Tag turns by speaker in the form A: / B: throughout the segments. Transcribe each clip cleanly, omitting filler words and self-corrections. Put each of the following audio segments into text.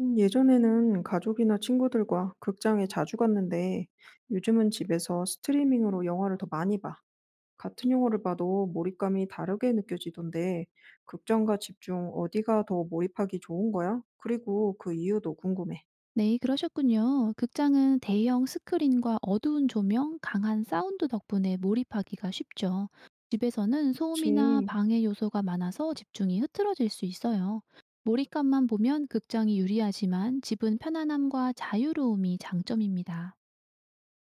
A: 예전에는 가족이나 친구들과 극장에 자주 갔는데 요즘은 집에서 스트리밍으로 영화를 더 많이 봐. 같은 영화를 봐도 몰입감이 다르게 느껴지던데 극장과 집 중 어디가 더 몰입하기 좋은 거야? 그리고 그 이유도 궁금해.
B: 네, 그러셨군요. 극장은 대형 스크린과 어두운 조명, 강한 사운드 덕분에 몰입하기가 쉽죠. 집에서는 소음이나
A: 그치.
B: 방해 요소가 많아서 집중이 흐트러질 수 있어요. 몰입감만 보면 극장이 유리하지만 집은 편안함과 자유로움이 장점입니다.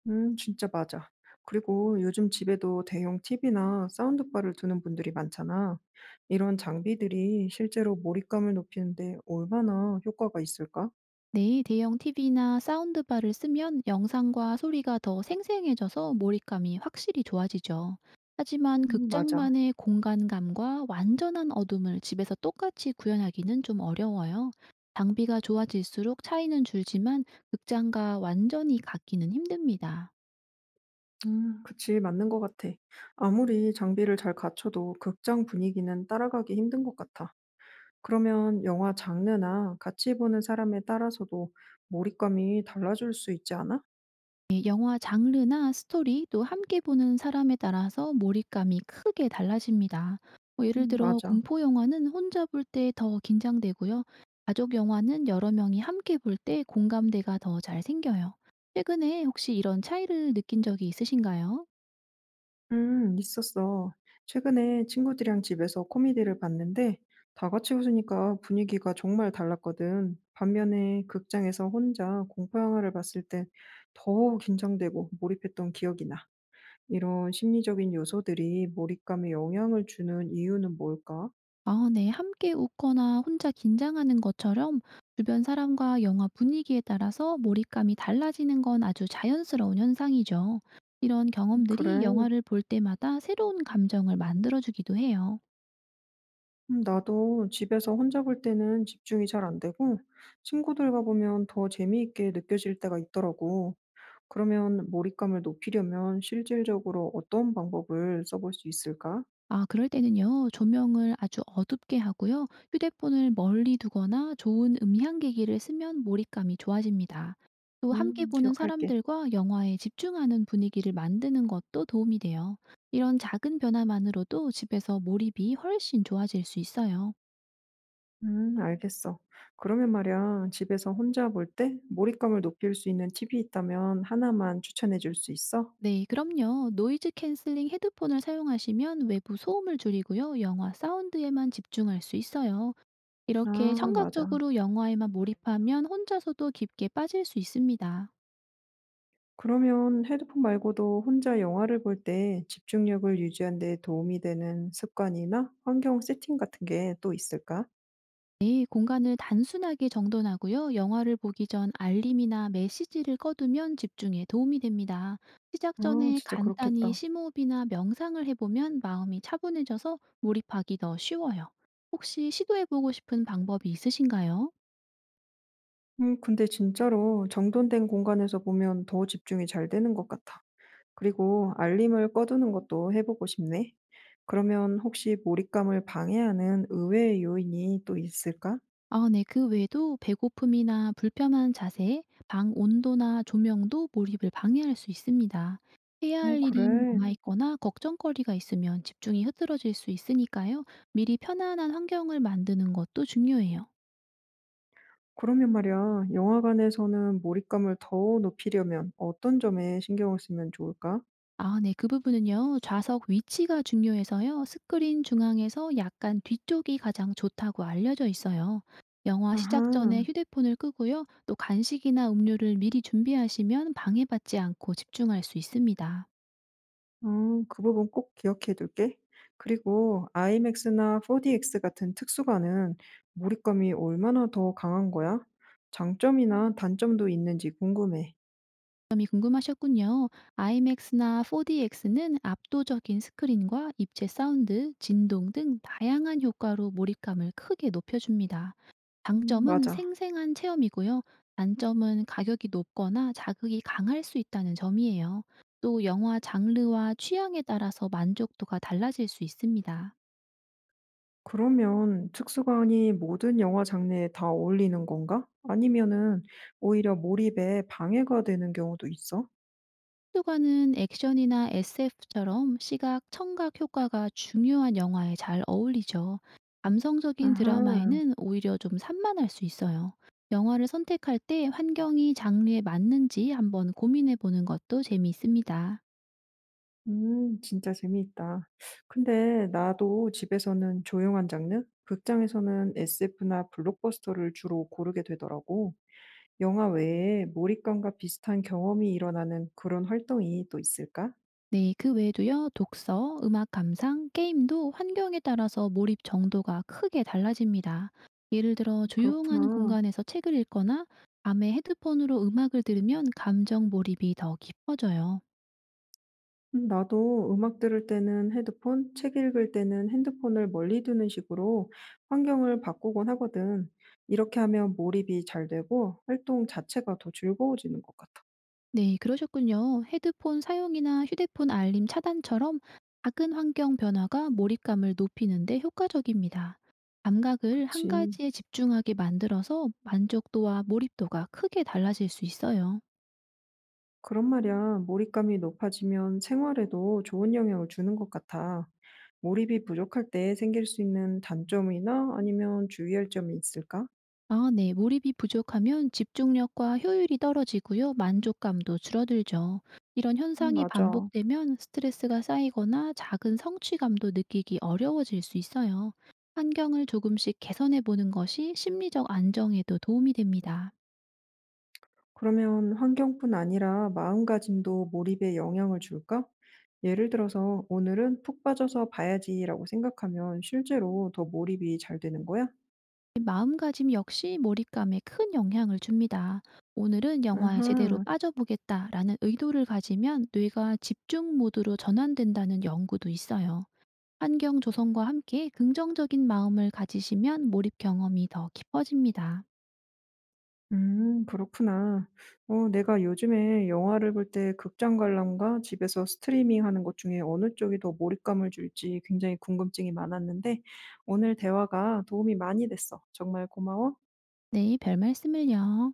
A: 진짜 맞아. 그리고 요즘 집에도 대형 TV나 사운드바를 두는 분들이 많잖아. 이런 장비들이 실제로 몰입감을 높이는데 얼마나 효과가 있을까?
B: 네, 대형 TV나 사운드바를 쓰면 영상과 소리가 더 생생해져서 몰입감이 확실히 좋아지죠. 하지만
A: 맞아.
B: 극장만의 공간감과 완전한 어둠을 집에서 똑같이 구현하기는 좀 어려워요. 장비가 좋아질수록 차이는 줄지만 극장과 완전히 같기는 힘듭니다.
A: 그치. 맞는 것 같아. 아무리 장비를 잘 갖춰도 극장 분위기는 따라가기 힘든 것 같아. 그러면 영화 장르나 같이 보는 사람에 따라서도 몰입감이 달라질 수 있지 않아?
B: 예, 영화 장르나 스토리 또 함께 보는 사람에 따라서 몰입감이 크게 달라집니다. 뭐 예를
A: 음.
B: 들어
A: 맞아.
B: 공포 영화는 혼자 볼 때 더 긴장되고요. 가족 영화는 여러 명이 함께 볼 때 공감대가 더 잘 생겨요. 최근에 혹시 이런 차이를 느낀 적이 있으신가요?
A: 있었어. 최근에 친구들이랑 집에서 코미디를 봤는데 다 같이 웃으니까 분위기가 정말 달랐거든. 반면에 극장에서 혼자 공포 영화를 봤을 때 더욱 긴장되고 몰입했던 기억이 나. 이런 심리적인 요소들이 몰입감에 영향을 주는 이유는 뭘까?
B: 아 네. 함께 웃거나 혼자 긴장하는 것처럼 주변 사람과 영화 분위기에 따라서 몰입감이 달라지는 건 아주 자연스러운 현상이죠. 이런 경험들이
A: 그래,
B: 영화를 볼 때마다 새로운 감정을 만들어주기도 해요.
A: 나도 집에서 혼자 볼 때는 집중이 잘 안 되고 친구들과 보면 더 재미있게 느껴질 때가 있더라고. 그러면 몰입감을 높이려면 실질적으로 어떤 방법을 써볼 수 있을까?
B: 아 그럴 때는요. 조명을 아주 어둡게 하고요. 휴대폰을 멀리 두거나 좋은 음향기기를 쓰면 몰입감이 좋아집니다. 또 함께 보는
A: 기억할게.
B: 사람들과 영화에 집중하는 분위기를 만드는 것도 도움이 돼요. 이런 작은 변화만으로도 집에서 몰입이 훨씬 좋아질 수 있어요.
A: 알겠어. 그러면 말이야, 집에서 혼자 볼 때 몰입감을 높일 수 있는 팁이 있다면 하나만 추천해 줄 수 있어?
B: 네, 그럼요. 노이즈 캔슬링 헤드폰을 사용하시면 외부 소음을 줄이고요. 영화 사운드에만 집중할 수 있어요. 이렇게
A: 아, 맞아.
B: 청각적으로 영화에만 몰입하면 혼자서도 깊게 빠질 수 있습니다.
A: 그러면 헤드폰 말고도 혼자 영화를 볼 때 집중력을 유지하는 데 도움이 되는 습관이나 환경 세팅 같은 게 또 있을까?
B: 네, 공간을 단순하게 정돈하고요. 영화를 보기 전 알림이나 메시지를 꺼두면 집중에 도움이 됩니다. 시작
A: 아,
B: 전에
A: 진짜
B: 간단히
A: 그렇겠다.
B: 심호흡이나 명상을 해보면 마음이 차분해져서 몰입하기 더 쉬워요. 혹시 시도해보고 싶은 방법이 있으신가요?
A: 근데 진짜로 정돈된 공간에서 보면 더 집중이 잘 되는 것 같아. 그리고 알림을 꺼두는 것도 해보고 싶네. 그러면 혹시 몰입감을 방해하는 의외의 요인이 또 있을까?
B: 아 네. 그 외에도 배고픔이나 불편한 자세, 방 온도나 조명도 몰입을 방해할 수 있습니다. 해야
A: 어,
B: 할 일이
A: 그래.
B: 남아있거나 걱정거리가 있으면 집중이 흐트러질 수 있으니까요. 미리 편안한 환경을 만드는 것도 중요해요.
A: 그러면 말이야, 영화관에서는 몰입감을 더 높이려면 어떤 점에 신경을 쓰면 좋을까?
B: 아 네. 그 부분은요. 좌석 위치가 중요해서요. 스크린 중앙에서 약간 뒤쪽이 가장 좋다고 알려져 있어요. 영화 시작 전에
A: 아하.
B: 휴대폰을 끄고요. 또 간식이나 음료를 미리 준비하시면 방해받지 않고 집중할 수 있습니다.
A: 어, 그 부분 꼭 기억해 둘게. 그리고 IMAX나 4DX 같은 특수관은 몰입감이 얼마나 더 강한 거야? 장점이나 단점도 있는지 궁금해.
B: 점이 궁금하셨군요. IMAX나 4DX는 압도적인 스크린과 입체 사운드, 진동 등 다양한 효과로 몰입감을 크게 높여줍니다.
A: 음,
B: 장점은
A: 맞아.
B: 생생한 체험이고요. 단점은 가격이 높거나 자극이 강할 수 있다는 점이에요. 또 영화 장르와 취향에 따라서 만족도가 달라질 수 있습니다.
A: 그러면 특수관이 모든 영화 장르에 다 어울리는 건가? 아니면은 오히려 몰입에 방해가 되는 경우도 있어?
B: 속도가는 액션이나 SF처럼 시각, 청각 효과가 중요한 영화에 잘 어울리죠. 감성적인
A: 아하.
B: 드라마에는 오히려 좀 산만할 수 있어요. 영화를 선택할 때 환경이 장르에 맞는지 한번 고민해 보는 것도 재미있습니다.
A: 음, 진짜 재미있다. 근데 나도 집에서는 조용한 장르, 극장에서는 SF나 블록버스터를 주로 고르게 되더라고. 영화 외에 몰입감과 비슷한 경험이 일어나는 그런 활동이 또 있을까?
B: 네, 그 외에도요, 독서, 음악 감상, 게임도 환경에 따라서 몰입 정도가 크게 달라집니다. 예를 들어 조용한
A: 그렇구나.
B: 공간에서 책을 읽거나 밤에 헤드폰으로 음악을 들으면 감정 몰입이 더 깊어져요.
A: 나도 음악 들을 때는 헤드폰, 책 읽을 때는 핸드폰을 멀리 두는 식으로 환경을 바꾸곤 하거든. 이렇게 하면 몰입이 잘 되고 활동 자체가 더 즐거워지는 것 같아.
B: 네, 그러셨군요. 헤드폰 사용이나 휴대폰 알림 차단처럼 작은 환경 변화가 몰입감을 높이는데 효과적입니다. 감각을 한
A: 그치.
B: 가지에 집중하게 만들어서 만족도와 몰입도가 크게 달라질 수 있어요.
A: 그런 말이야. 몰입감이 높아지면 생활에도 좋은 영향을 주는 것 같아. 몰입이 부족할 때 생길 수 있는 단점이나 아니면 주의할 점이 있을까?
B: 아 네. 몰입이 부족하면 집중력과 효율이 떨어지고요. 만족감도 줄어들죠. 이런 현상이
A: 맞아.
B: 반복되면 스트레스가 쌓이거나 작은 성취감도 느끼기 어려워질 수 있어요. 환경을 조금씩 개선해 보는 것이 심리적 안정에도 도움이 됩니다.
A: 그러면 환경뿐 아니라 마음가짐도 몰입에 영향을 줄까? 예를 들어서 오늘은 푹 빠져서 봐야지라고 생각하면 실제로 더 몰입이 잘 되는 거야?
B: 마음가짐 역시 몰입감에 큰 영향을 줍니다. 오늘은 영화에 제대로
A: 아하.
B: 빠져보겠다라는 의도를 가지면 뇌가 집중 모드로 전환된다는 연구도 있어요. 환경 조성과 함께 긍정적인 마음을 가지시면 몰입 경험이 더 깊어집니다.
A: 음, 그렇구나. 어, 내가 요즘에 영화를 볼 때 극장 관람과 집에서 스트리밍하는 것 중에 어느 쪽이 더 몰입감을 줄지 굉장히 궁금증이 많았는데 오늘 대화가 도움이 많이 됐어. 정말 고마워.
B: 네, 별 말씀을요.